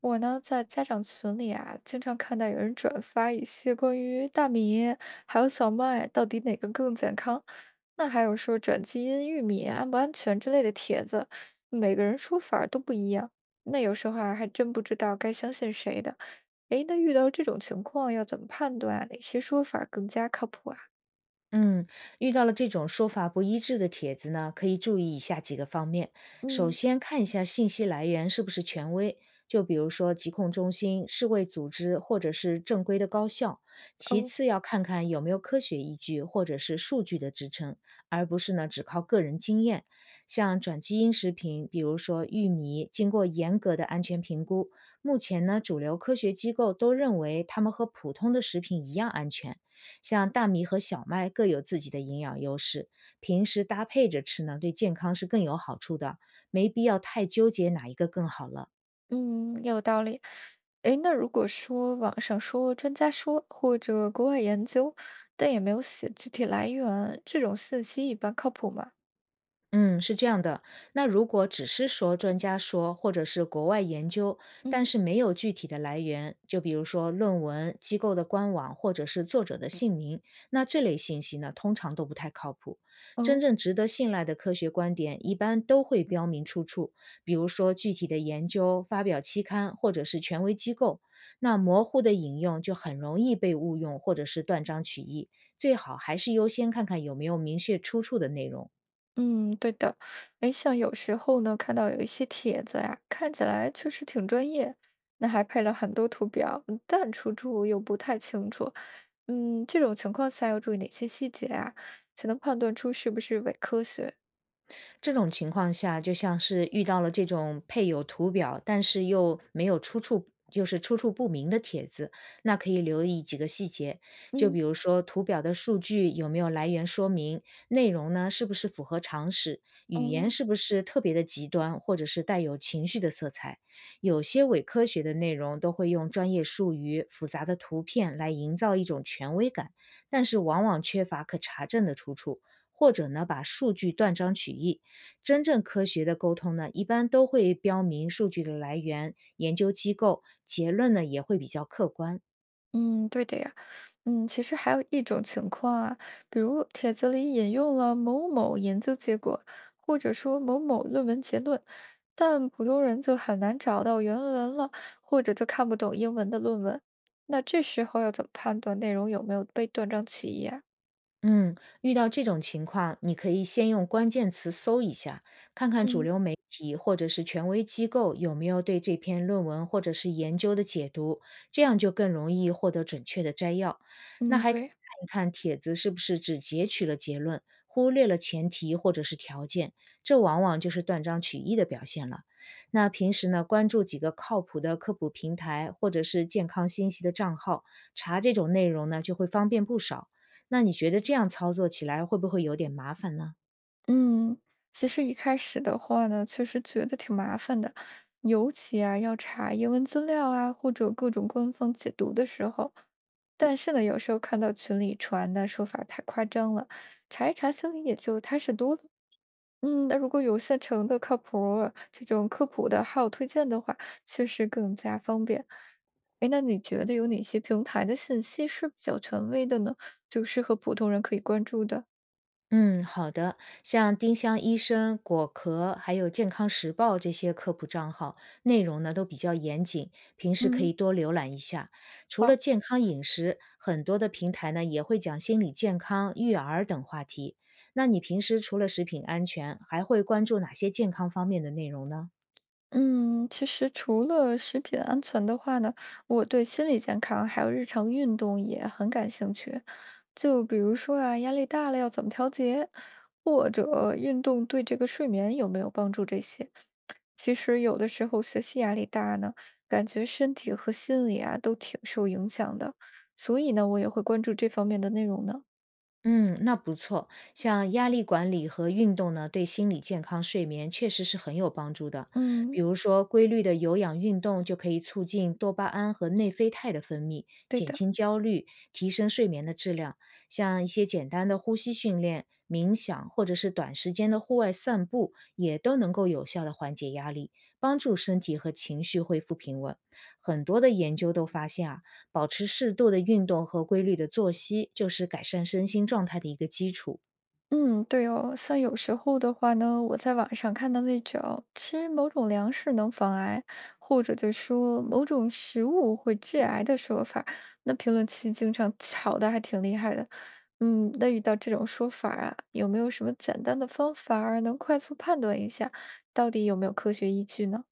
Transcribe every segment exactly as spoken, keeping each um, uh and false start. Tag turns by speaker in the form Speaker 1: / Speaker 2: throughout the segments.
Speaker 1: 我呢，在家长群里啊，经常看到有人转发一些关于大米还有小麦到底哪个更健康，那还有说转基因玉米啊安不安全之类的帖子，每个人说法儿都不一样，那有时候啊，还真不知道该相信谁的。诶，那遇到这种情况要怎么判断啊哪些说法儿更加靠谱啊？
Speaker 2: 嗯，遇到了这种说法不一致的帖子呢，可以注意以下几个方面。首
Speaker 1: 嗯，
Speaker 2: 先，看一下信息来源是不是权威，就比如说疾控中心、世卫组织或者是正规的高校。其
Speaker 1: 哦。
Speaker 2: 次，要看看有没有科学依据或者是数据的支撑，而不是呢只靠个人经验。像转基因食品，比如说玉米，经过严格的安全评估，目前呢主流科学机构都认为它们和普通的食品一样安全。像大米和小麦各有自己的营养优势，平时搭配着吃呢，对健康是更有好处的，没必要太纠结哪一个更好了。
Speaker 1: 嗯，有道理。诶，那如果说网上说专家说或者国外研究，但也没有写具体来源，这种信息一般靠谱吗？
Speaker 2: 嗯，是这样的。那如果只是说专家说，或者是国外研究，但
Speaker 1: 嗯，
Speaker 2: 是没有具体的来源，就比如说论文、机构的官网或者是作者的姓名，那这类信息呢，通常都不太靠谱。真
Speaker 1: 哦，
Speaker 2: 正值得信赖的科学观点，一般都会标明出处，比如说具体的研究、发表期刊或者是权威机构。那模糊的引用就很容易被误用，或者是断章取义。最好还是优先看看有没有明确出处的内容。
Speaker 1: 嗯，对的。诶，像有时候呢，看到有一些帖子呀，看起来确实挺专业，那还配了很多图表，但出处又不太清楚。嗯，这种情况下要注意哪些细节啊，才能判断出是不是伪科学？
Speaker 2: 这种情况下，就像是遇到了这种配有图表，但是又没有出处，就是出处不明的帖子，那可以留意几个细节，就比
Speaker 1: 嗯，
Speaker 2: 如说图表的数据有没有来源说明，内容呢是不是符合常识，语
Speaker 1: 哦。
Speaker 2: 言是不是特别的极端，或者是带有情绪的色彩。有些伪科学的内容都会用专业术语、复杂的图片来营造一种权威感，但是往往缺乏可查证的出处。或者呢，把数据断章取义，真正科学的沟通呢，一般都会标明数据的来源、研究机构，结论呢也会比较客观。
Speaker 1: 嗯，对的呀。嗯，其实还有一种情况啊，比如帖子里引用了某某研究结果，或者说某某论文结论，但普通人就很难找到原文了，或者就看不懂英文的论文。那这时候要怎么判断内容有没有被断章取义啊？
Speaker 2: 嗯，遇到这种情况，你可以先用关键词搜一下，看看主
Speaker 1: 嗯，
Speaker 2: 流媒体或者是权威机构有没有对这篇论文或者是研究的解读，这样就更容易获得准确的摘要。那
Speaker 1: 嗯，
Speaker 2: 还可以
Speaker 1: 对。
Speaker 2: 看一看帖子是不是只截取了结论，忽略了前提或者是条件，这往往就是断章取义的表现了。那平时呢，关注几个靠谱的科普平台或者是健康信息的账号，查这种内容呢，就会方便不少。那你觉得这样操作起来会不会有点麻烦呢？
Speaker 1: 嗯，其实一开始的话呢，确实觉得挺麻烦的，尤其啊要查英文资料啊，或者各种官方解读的时候。但是呢，有时候看到群里传的说法太夸张了，查一查心里也就踏实多了。嗯，那如果有现成的靠谱儿这种科普的号推荐的话，确实更加方便。哎，那你觉得有哪些平台的信息是比较权威的呢？就适合普通人可以关注的？
Speaker 2: 嗯，好的。像丁香医生、果壳，还有健康时报这些科普账号，内容呢都比较严谨，平时可
Speaker 1: 嗯，
Speaker 2: 以多浏览一下。除了
Speaker 1: 好。
Speaker 2: 健康饮食，很多的平台呢也会讲心理健康、育儿等话题。那你平时除了食品安全，还会关注哪些健康方面的内容呢？
Speaker 1: 嗯，其实除了食品安全的话呢，我对心理健康还有日常运动也很感兴趣。就比如说啊，压力大了要怎么调节，或者运动对这个睡眠有没有帮助这些。其实有的时候学习压力大呢，感觉身体和心理啊都挺受影响的，所以呢，我也会关注这方面的内容呢。
Speaker 2: 嗯，那不错。像压力管理和运动呢，对心理健康、睡眠确实是很有帮助的。
Speaker 1: 嗯，
Speaker 2: 比如说，规律的有氧运动就可以促进多巴胺和内啡肽的分泌，
Speaker 1: 对
Speaker 2: 减
Speaker 1: 的。
Speaker 2: 轻焦虑，提升睡眠的质量。像一些简单的呼吸训练、冥想，或者是短时间的户外散步，也都能够有效的缓解压力，帮助身体和情绪恢复平稳。很多的研究都发现啊，保持适度的运动和规律的作息，就是改善身心状态的一个基础。
Speaker 1: 嗯，对哦，像有时候的话呢，我在网上看到那种吃某种粮食能防癌，或者就说某种食物会致癌的说法儿那评论区经常吵的还挺厉害的。嗯，那遇到这种说法儿啊，有没有什么简单的方法儿能快速判断一下，到底有没有科学依据呢？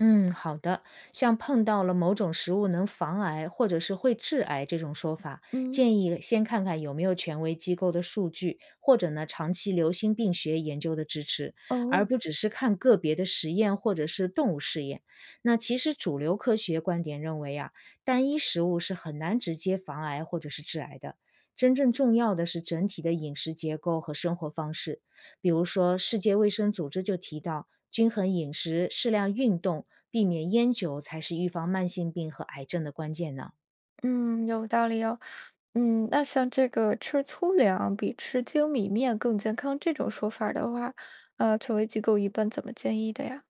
Speaker 2: 嗯，好的。像碰到了某种食物能防癌或者是会致癌这种说法，
Speaker 1: 嗯，
Speaker 2: 建议先看看有没有权威机构的数据，或者呢长期流行病学研究的支持，而
Speaker 1: 哦，
Speaker 2: 不只是看个别的实验或者是动物试验。那其实主流科学观点认为啊，单一食物是很难直接防癌或者是致癌的。真正重要的是整体的饮食结构和生活方式，比如说，世界卫生组织就提到，均衡饮食、适量运动、避免烟酒才是预防慢性病和癌症的关键呢。
Speaker 1: 嗯，有道理哦。嗯，那像这个吃粗粮比吃精米面更健康这种说法儿的话，呃，权威机构一般怎么建议的呀？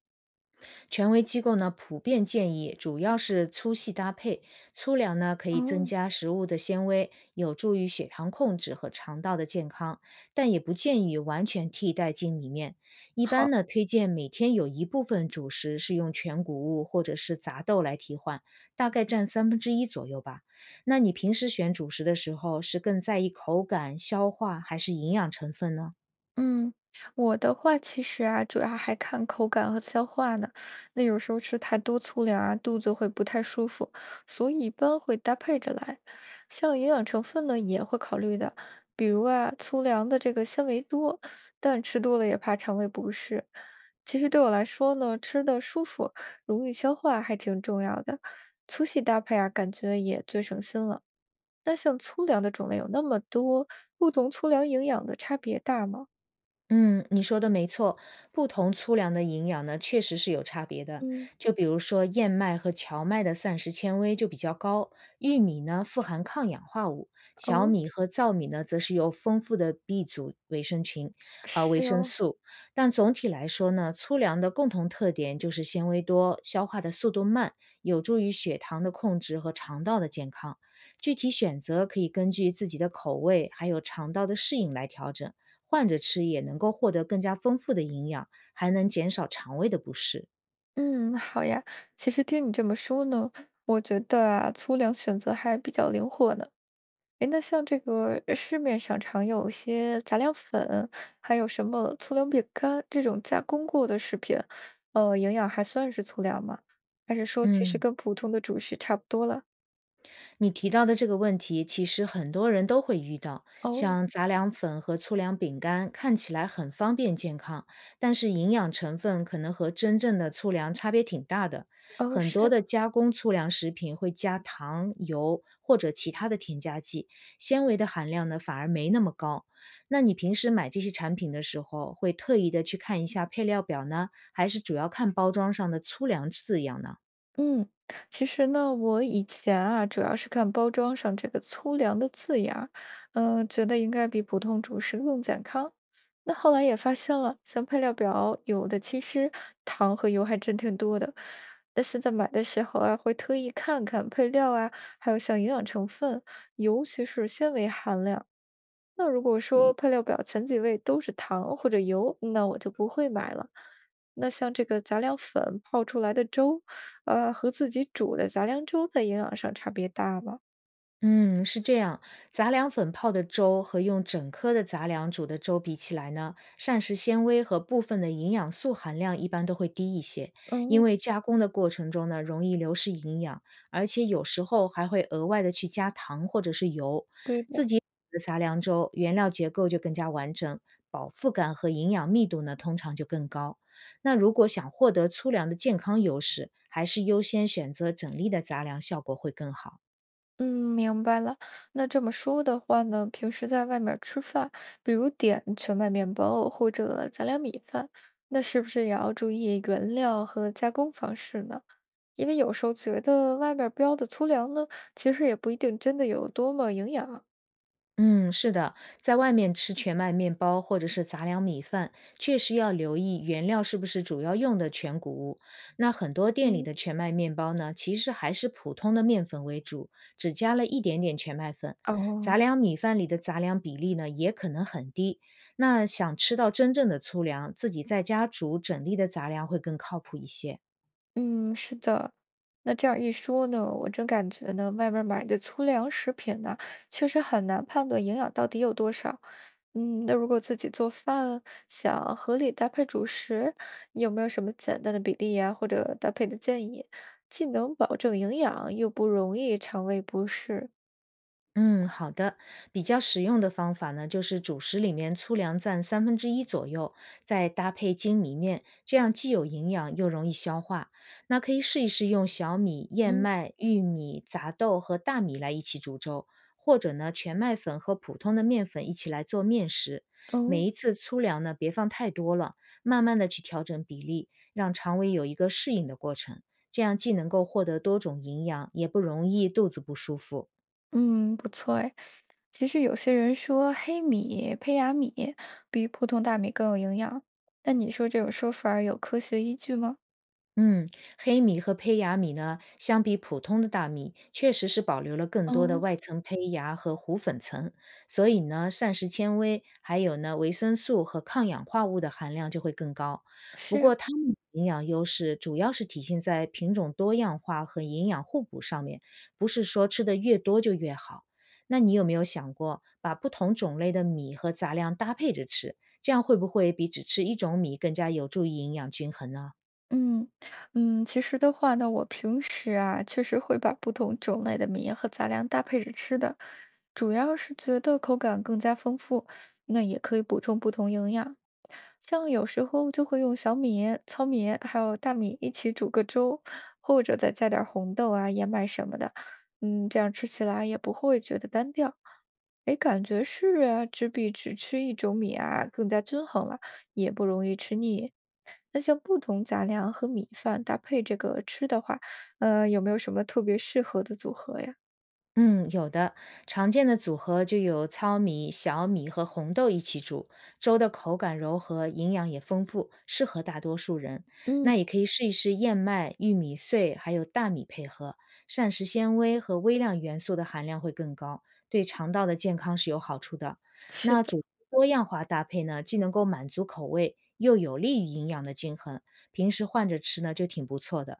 Speaker 2: 权威机构呢普遍建议，主要是粗细搭配，粗粮呢可以增
Speaker 1: 哦，
Speaker 2: 加食物的纤维，有助于血糖控制和肠道的健康，但也不建议完全替代精米面。一般
Speaker 1: 好。
Speaker 2: 呢推荐每天有一部分主食是用全谷物或者是杂豆来替换，大概占三分之一左右吧。那你平时选主食的时候，是更在意口感、消化还是营养成分呢？
Speaker 1: 嗯，我的话其实啊，主要还看口感和消化呢。那有时候吃太多粗粮啊，肚子会不太舒服，所以一般会搭配着来。像营养成分呢，也会考虑的，比如啊，粗粮的这个纤维多，但吃多了也怕肠胃不适。其实对我来说呢，吃的舒服、容易消化还挺重要的。粗细搭配啊，感觉也最省心了。那像粗粮的种类有那么多，不同粗粮营养的差别大吗？
Speaker 2: 嗯，你说的没错，不同粗粮的营养呢，确实是有差别的。
Speaker 1: 嗯，
Speaker 2: 就比如说燕麦和荞麦的膳食纤维就比较高，玉米呢富含抗氧化物，小
Speaker 1: 哦，
Speaker 2: 米和糙米呢则是有丰富的 B 族维生群，呃维
Speaker 1: 是
Speaker 2: 生
Speaker 1: 哦，
Speaker 2: 素。但总体来说呢，粗粮的共同特点就是纤维多，消化的速度慢，有助于血糖的控制和肠道的健康。具体选择可以根据自己的口味还有肠道的适应来调整。换着吃也能够获得更加丰富的营养，还能减少肠胃的不适。
Speaker 1: 嗯，好呀。其实听你这么说呢，我觉得啊，粗粮选择还比较灵活呢。诶，那像这个呃市面上常有一些杂粮粉，还有什么粗粮饼干这种加工过的食品，呃，营养还算是粗粮吗？还是说其实
Speaker 2: 嗯。
Speaker 1: 跟普通的主食差不多了？
Speaker 2: 你提到的这个问题，其实很多人都会遇到。
Speaker 1: 哦，
Speaker 2: 像杂粮粉和粗粮饼干，看起来很方便健康，但是营养成分可能和真正的粗粮差别挺大的。
Speaker 1: 哦，
Speaker 2: 很多
Speaker 1: 是。
Speaker 2: 的加工粗粮食品会加糖、油或者其他的添加剂，纤维的含量呢反而没那么高。那你平时买这些产品的时候，会特意的去看一下配料表呢，还是主要看包装上的粗粮字样呢？
Speaker 1: 嗯，其实呢，我以前啊，主要是看包装上这个粗粮的字样儿嗯，觉得应该比普通主食更健康。那后来也发现了，像配料表有的其实糖和油还真挺多的。但是在买的时候啊，会特意看看配料啊，还有像营养成分，尤其是纤维含量。那如果说嗯配料表前几位都是糖或者油，那我就不会买了。那像这个杂粮粉泡出来的粥，呃，和自己煮的杂粮粥在营养上差别大吗？
Speaker 2: 嗯，是这样。杂粮粉泡的粥和用整颗的杂粮煮的粥比起来呢，膳食纤维和部分的营养素含量一般都会低一些，因
Speaker 1: 嗯，
Speaker 2: 为加工的过程中呢，容易流失营养，而且有时候还会额外的去加糖或者是油。
Speaker 1: 对的，
Speaker 2: 自己煮的杂粮粥原料结构就更加完整，饱腹感和营养密度呢通常就更高。那如果想获得粗粮的健康优势，还是优先选择整粒的杂粮，效果会更好。
Speaker 1: 嗯，明白了。那这么说的话呢，平时在外面儿吃饭，比如点全麦面包或者杂粮米饭，那是不是也要注意原料和加工方式呢？因为有时候觉得外面儿标的粗粮呢，其实也不一定真的有多么营养。
Speaker 2: 嗯，是的，在外面吃全麦面包或者是杂粮米饭，确实要留意原料是不是主要用的全谷物。那很多店里
Speaker 1: 嗯，
Speaker 2: 的全麦面包呢，其实还是普通的面粉为主，只加了一点点全麦粉。杂
Speaker 1: 哦，
Speaker 2: 粮米饭里的杂粮比例呢，也可能很低。那想吃到真正的粗粮，自己在家煮整粒的杂粮会更靠谱一些。
Speaker 1: 嗯，是的。那这样一说呢，我真感觉呢，外面买的粗粮食品呢，确实很难判断营养到底有多少。嗯，那如果自己做饭，想合理搭配主食，你有没有什么简单的比例呀，或者搭配的建议，既能保证营养，又不容易肠胃不适？
Speaker 2: 嗯，好的。比较实用的方法呢，就是主食里面粗粮占三分之一左右，再搭配精米面，这样既有营养又容易消化。那可以试一试用小米、燕
Speaker 1: 嗯，
Speaker 2: 麦、玉米、杂豆和大米来一起煮粥，或者呢全麦粉和普通的面粉一起来做面食。每
Speaker 1: 哦。
Speaker 2: 一次粗粮呢，别放太多了，慢慢的去调整比例，让肠胃有一个适应的过程。这样既能够获得多种营养，也不容易肚子不舒服。
Speaker 1: 嗯，不错哎。其实有些人说黑米、胚芽米比普通大米更有营养，那你说这种说法儿有科学依据吗？
Speaker 2: 嗯，黑米和胚芽米呢，相比普通的大米，确实是保留了更多的
Speaker 1: 嗯，
Speaker 2: 外层胚芽和糊粉层，所以呢，膳食纤维还有呢维生素和抗氧化物的含量就会更高。不
Speaker 1: 是，
Speaker 2: 过，它们的营养优势主要是体现在品种多样化和营养互补上面，不是说吃的越多就越好。那你有没有想过把不同种类的米和杂粮搭配着吃，这样会不会比只吃一种米更加有助于营养均衡呢？
Speaker 1: 嗯嗯，其实的话呢，我平时啊，确实会把不同种类的米和杂粮搭配着吃的，主要是觉得口感更加丰富，那也可以补充不同营养。像有时候就会用小米、糙米还有大米一起煮个粥，或者再加点儿红豆啊、燕麦什么的，嗯，这样吃起来也不会觉得单调。诶，感觉是啊，只比只吃一种米啊，更加均衡了。也不容易吃腻。那像不同杂粮和米饭搭配这个吃的话，呃，有没有什么特别适合的组合呀？
Speaker 2: 嗯，有的，常见的组合就有糙米、小米和红豆一起煮，粥的口感柔和，营养也丰富，适合大多数人。
Speaker 1: 嗯，
Speaker 2: 那也可以试一试燕麦、玉米碎还有大米配合，膳食纤维和微量元素的含量会更高，对肠道的健康是有好处的。
Speaker 1: 是
Speaker 2: 那
Speaker 1: 的，
Speaker 2: 主食多样化搭配呢，既能够满足口味，又有利于营养的均衡，平时换着吃呢就挺不错的。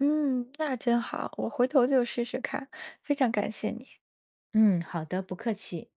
Speaker 1: 嗯，那真好，我回头就试试看，非常感谢你。
Speaker 2: 嗯，好的，不客气。